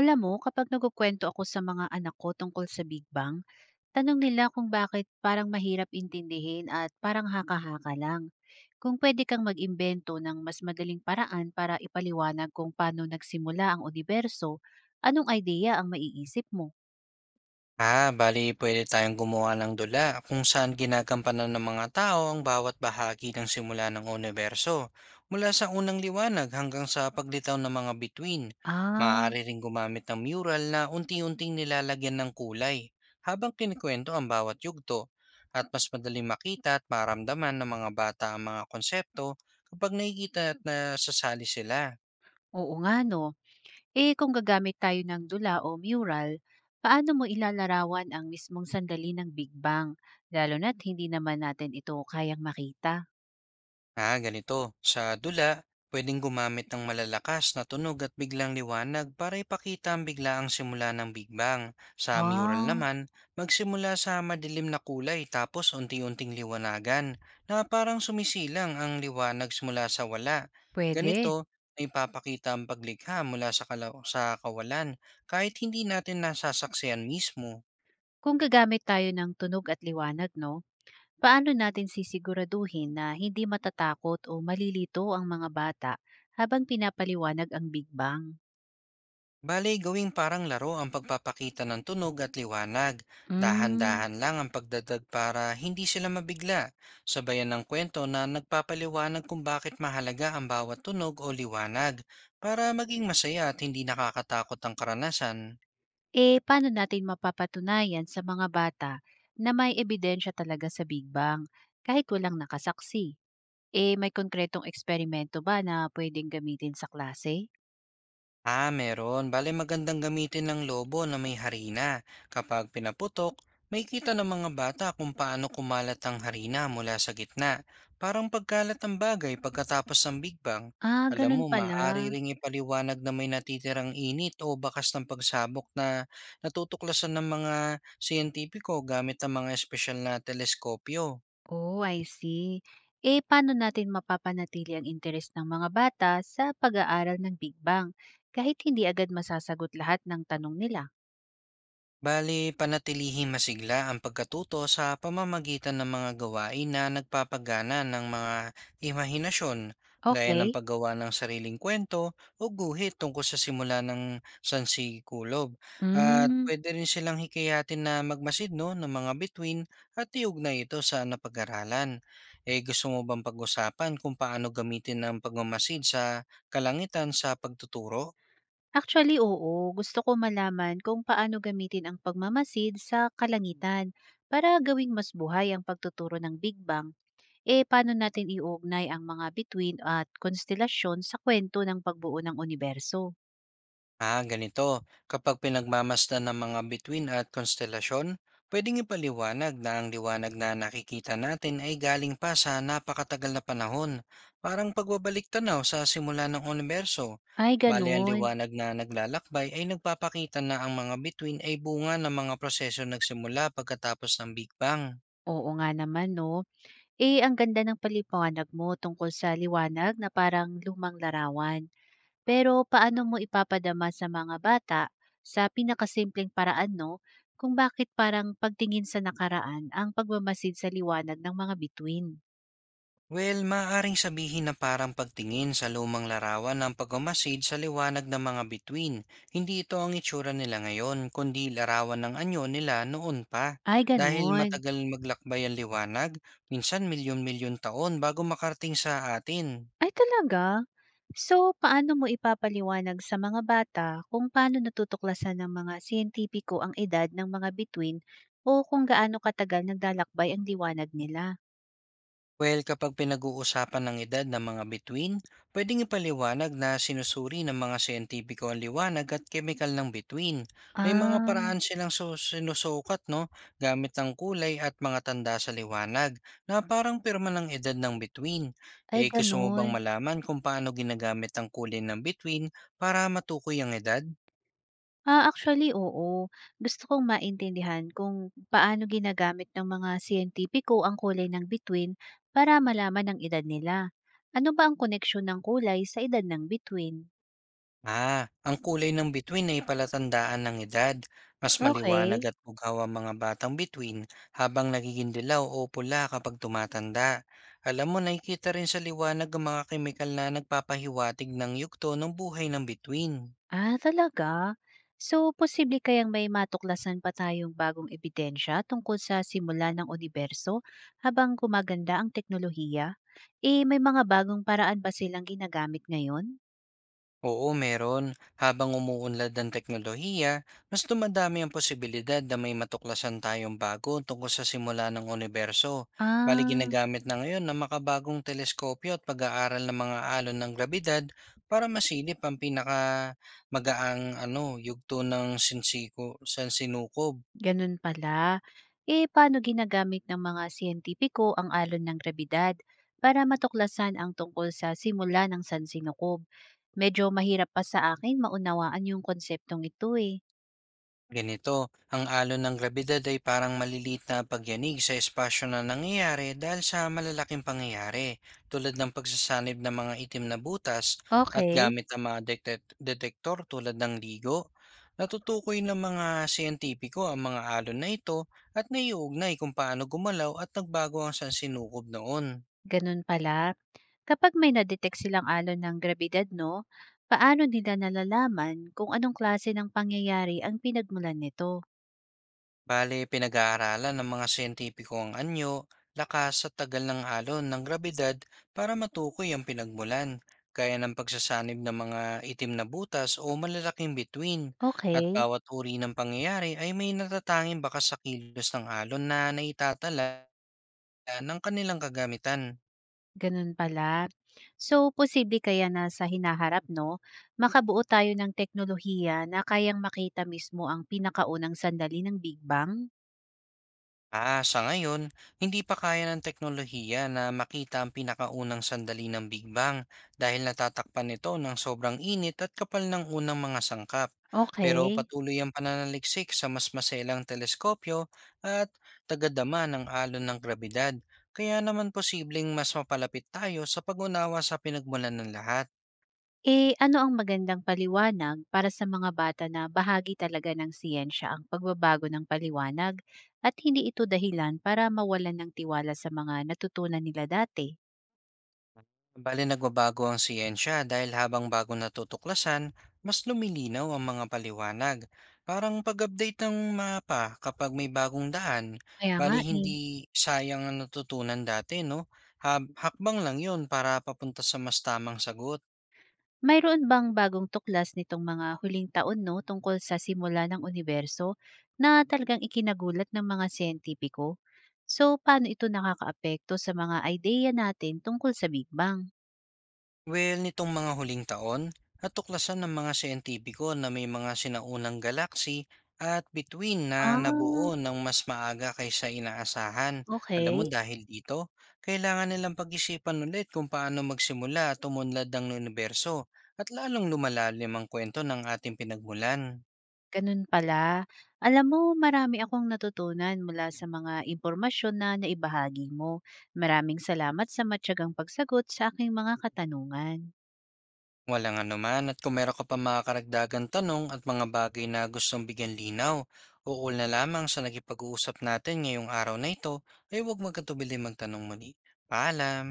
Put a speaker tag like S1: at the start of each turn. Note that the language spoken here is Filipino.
S1: Alam mo, kapag nagkukwento ako sa mga anak ko tungkol sa Big Bang, tanong nila kung bakit parang mahirap intindihin at parang haka-haka lang. Kung pwede kang mag-imbento ng mas madaling paraan para ipaliwanag kung paano nagsimula ang universo, anong idea ang maiisip mo?
S2: Bali pwede tayong gumawa ng dula kung saan ginagampanan ng mga tao ang bawat bahagi ng simula ng universo, mula sa unang liwanag hanggang sa paglitaw ng mga bituin.
S1: Ah,
S2: Maaari ring gumamit ng mural na unti-unting nilalagyan ng kulay habang kinikwento ang bawat yugto at mas madaling makita at maramdaman ng mga bata ang mga konsepto kapag nakikita at nasasali sila.
S1: oo nga no. Eh kung gagamit tayo ng dula o mural, paano mo ilalarawan ang mismong sandali ng Big Bang, lalo na't hindi naman natin ito kayang makita?
S2: Ganito. Sa dula, pwedeng gumamit ng malalakas na tunog at biglang liwanag para ipakita ang biglaang simula ng Big Bang. Sa mural
S1: Ah,
S2: naman, magsimula sa madilim na kulay tapos unti-unting liwanagan na parang sumisilang ang liwanag simula sa wala.
S1: pwede.
S2: Ganito, ay papakita ang paglikha mula sa, sa kawalan kahit hindi natin nasasaksiyan mismo.
S1: Kung gagamit tayo ng tunog at liwanag, no? Paano natin sisiguraduhin na hindi matatakot o malilito ang mga bata habang pinapaliwanag ang Big Bang?
S2: Bale, gawing parang laro ang pagpapakita ng tunog at liwanag.
S1: Mm.
S2: Dahan-dahan lang ang pagdadag para hindi sila mabigla. Sabayan ng kwento na nagpapaliwanag kung bakit mahalaga ang bawat tunog o liwanag para maging masaya at hindi nakakatakot ang karanasan.
S1: Eh, paano natin mapapatunayan sa mga bata na may ebidensya talaga sa Big Bang kahit walang nakasaksi? Eh, may konkretong eksperimento ba na pwedeng gamitin sa klase?
S2: Meron. Bale magandang gamitin ng lobo na may harina. Kapag pinaputok, may kita ng mga bata kung paano kumalat ang harina mula sa gitna. Parang pagkalat ng bagay pagkatapos ng Big Bang.
S1: Ah,
S2: Alam
S1: ganun
S2: mo,
S1: pala.
S2: maaari ring ipaliwanag na may natitirang init o bakas ng pagsabok na natutuklasan ng mga siyentipiko gamit ang mga espesyal na teleskopyo.
S1: Oh, I see. Eh, paano natin mapapanatili ang interes ng mga bata sa pag-aaral ng Big Bang kahit hindi agad masasagot lahat ng tanong nila?
S2: Bali, panatilihing masigla ang pagkatuto sa pamamagitan ng mga gawain na nagpapagana ng mga imahinasyon, gaya ng
S1: Okay.
S2: paggawa ng sariling kwento o guhit tungkol sa simula ng sansikulob. At
S1: Mm,
S2: pwede rin silang hikayatin na magmasid no, ng mga bituin at iugnay ito sa napag-aralan. Eh, gusto mo bang pag-usapan kung paano gamitin ang pagmamasid sa kalangitan sa pagtuturo?
S1: actually, oo. Gusto ko malaman kung paano gamitin ang pagmamasid sa kalangitan para gawing mas buhay ang pagtuturo ng Big Bang. Eh, paano natin iugnay ang mga bituin at konstelasyon sa kwento ng pagbuo ng universo?
S2: Ganito. Kapag pinagmamasdan ng mga bituin at konstelasyon, pwedeng ipaliwanag na ang liwanag na nakikita natin ay galing pa sa napakatagal na panahon, parang pagbabalik tanaw sa simula ng universo.
S1: Ay,
S2: Bale ang
S1: ganun.
S2: liwanag na naglalakbay ay nagpapakita na ang mga bituin ay bunga ng mga prosesong nagsimula pagkatapos ng Big Bang.
S1: Oo nga naman, no? Eh, ang ganda ng paliwanag mo tungkol sa liwanag na parang lumang larawan. Pero paano mo ipapadama sa mga bata sa pinakasimpleng paraan, no? Kung bakit parang pagtingin sa nakaraan ang pagmamasid sa liwanag ng mga bituin.
S2: Well, maaaring sabihin na parang pagtingin sa lumang larawan ng pagmamasid sa liwanag ng mga bituin. Hindi ito ang itsura nila ngayon, kundi larawan ng anyo nila noon pa.
S1: Ay,
S2: Dahil
S1: ganun.
S2: matagal maglakbay ang liwanag, minsan milyon-milyon taon bago makarting sa atin.
S1: Ay, talaga? So, paano mo ipapaliwanag sa mga bata kung paano natutuklasan ng mga siyentipiko ang edad ng mga bituin o kung gaano katagal naglalakbay ang liwanag nila?
S2: Well, kapag pinag-uusapan ng edad ng mga bituin, pwedeng ipaliwanag na sinusuri ng mga siyentipiko ang liwanag at kemikal ng bituin. May mga
S1: Ah,
S2: paraan silang sinusukat no, gamit ang kulay at mga tanda sa liwanag na parang pirma ng edad ng bituin.
S1: Ay
S2: Eh, gusto mo bang
S1: gano'n.
S2: malaman kung paano ginagamit ang kulay ng bituin para matukoy ang edad?
S1: Ah, actually oo. Gusto kong maintindihan kung paano ginagamit ng mga siyentipiko ang kulay ng bituin para malaman ang edad nila. Ano ba ang koneksyon ng kulay sa edad ng bituin?
S2: Ang kulay ng bituin ay palatandaan ng edad. Mas
S1: Okay.
S2: maliwanag at bugaw ang mga batang bituin habang nagiging dilaw o pula kapag tumatanda. Alam mo, nakikita rin sa liwanag ang mga kemikal na nagpapahiwatig ng yugto ng buhay ng bituin.
S1: Ah, talaga? So, posible kayang may matuklasan pa tayong bagong ebidensya tungkol sa simula ng universo habang gumaganda ang teknolohiya? Eh, may mga bagong paraan ba silang ginagamit ngayon?
S2: Oo, meron. Habang umuunlad ang teknolohiya, mas dumadami ang posibilidad na may matuklasan tayong bago tungkol sa simula ng universo. Bali
S1: Ah,
S2: ginagamit na ngayon ng makabagong teleskopyo at pag-aaral ng mga alon ng grabidad para masilip ang pinaka magaang ano, yugto ng sinsiko, sansinukob.
S1: ganun pala. Eh, paano ginagamit ng mga siyentipiko ang alon ng grabidad para matuklasan ang tungkol sa simula ng sansinukob? Medyo mahirap pa sa akin maunawaan yung konseptong ito eh.
S2: Ganito, ang alon ng grabidad ay parang maliliit na pagyanig sa espasyo na nangyayari dahil sa malalaking pangyayari tulad ng pagsasanib ng mga itim na butas at
S1: Okay,
S2: gamit ng mga detektor tulad ng ligo. Natutukoy ng mga siyentipiko ang mga alon na ito at naiugnay kung paano gumalaw at nagbago ang sansinukob noon.
S1: ganun pala. Kapag may nadetect silang alon ng grabidad, no, paano nila nalalaman kung anong klase ng pangyayari ang pinagmulan nito?
S2: Bale, pinag-aaralan ng mga siyentipiko ang anyo, lakas at tagal ng alon ng grabidad para matukoy ang pinagmulan, gaya ng pagsasanib ng mga itim na butas o malalaking bituin, at
S1: Okay,
S2: bawat uri ng pangyayari ay may natatanging bakas sa kilos ng alon na naitatala ng kanilang kagamitan.
S1: ganun pala. So, posible kaya na sa hinaharap, no, makabuo tayo ng teknolohiya na kayang makita mismo ang pinakaunang sandali ng Big Bang?
S2: Sa ngayon, hindi pa kaya ng teknolohiya na makita ang pinakaunang sandali ng Big Bang dahil natatakpan nito ng sobrang init at kapal ng unang mga sangkap. Pero
S1: Okay.
S2: patuloy ang pananaliksik sa mas maselang teleskopyo at tagadama ng alon ng grabidad. Kaya naman posibleng mas mapalapit tayo sa pag-unawa sa pinagmulan ng lahat.
S1: Eh, ano ang magandang paliwanag para sa mga bata na bahagi talaga ng siyensya ang pagbabago ng paliwanag at hindi ito dahilan para mawalan ng tiwala sa mga natutunan nila dati?
S2: Bale nagbabago ang siyensya dahil habang bago natutuklasan, mas lumilinaw ang mga paliwanag. Parang pag-update ng mapa kapag may bagong daan,
S1: Kaya nga
S2: bali
S1: eh.
S2: hindi sayang ang natutunan dati, no? Hakbang lang yun para papunta sa mas tamang sagot.
S1: Mayroon bang bagong tuklas nitong mga huling taon 'no, tungkol sa simula ng universo na talagang ikinagulat ng mga siyentipiko? So, paano ito nakakaapekto sa mga ideya natin tungkol sa Big Bang?
S2: Well, nitong mga huling taon, natuklasan ng mga siyentipiko na may mga sinaunang galaksi at between na
S1: Ah,
S2: nabuo ng mas maaga kaysa inaasahan. Alam mo
S1: okay.
S2: dahil dito, kailangan nilang pag-isipan ulit kung paano magsimula at umunlad ng universo at lalong lumalalim ang kwento ng ating pinagmulan.
S1: Ganun pala. Alam mo marami akong natutunan mula sa mga impormasyon na naibahagi mo. Maraming salamat sa matiyagang pagsagot sa aking mga katanungan.
S2: Walang anuman at kung meron ka pa mga karagdagang tanong at mga bagay na gustong bigyan linaw, ukol na lamang sa nagipag-uusap natin ngayong araw na ito ay huwag magkatubili magtanong muli. Paalam!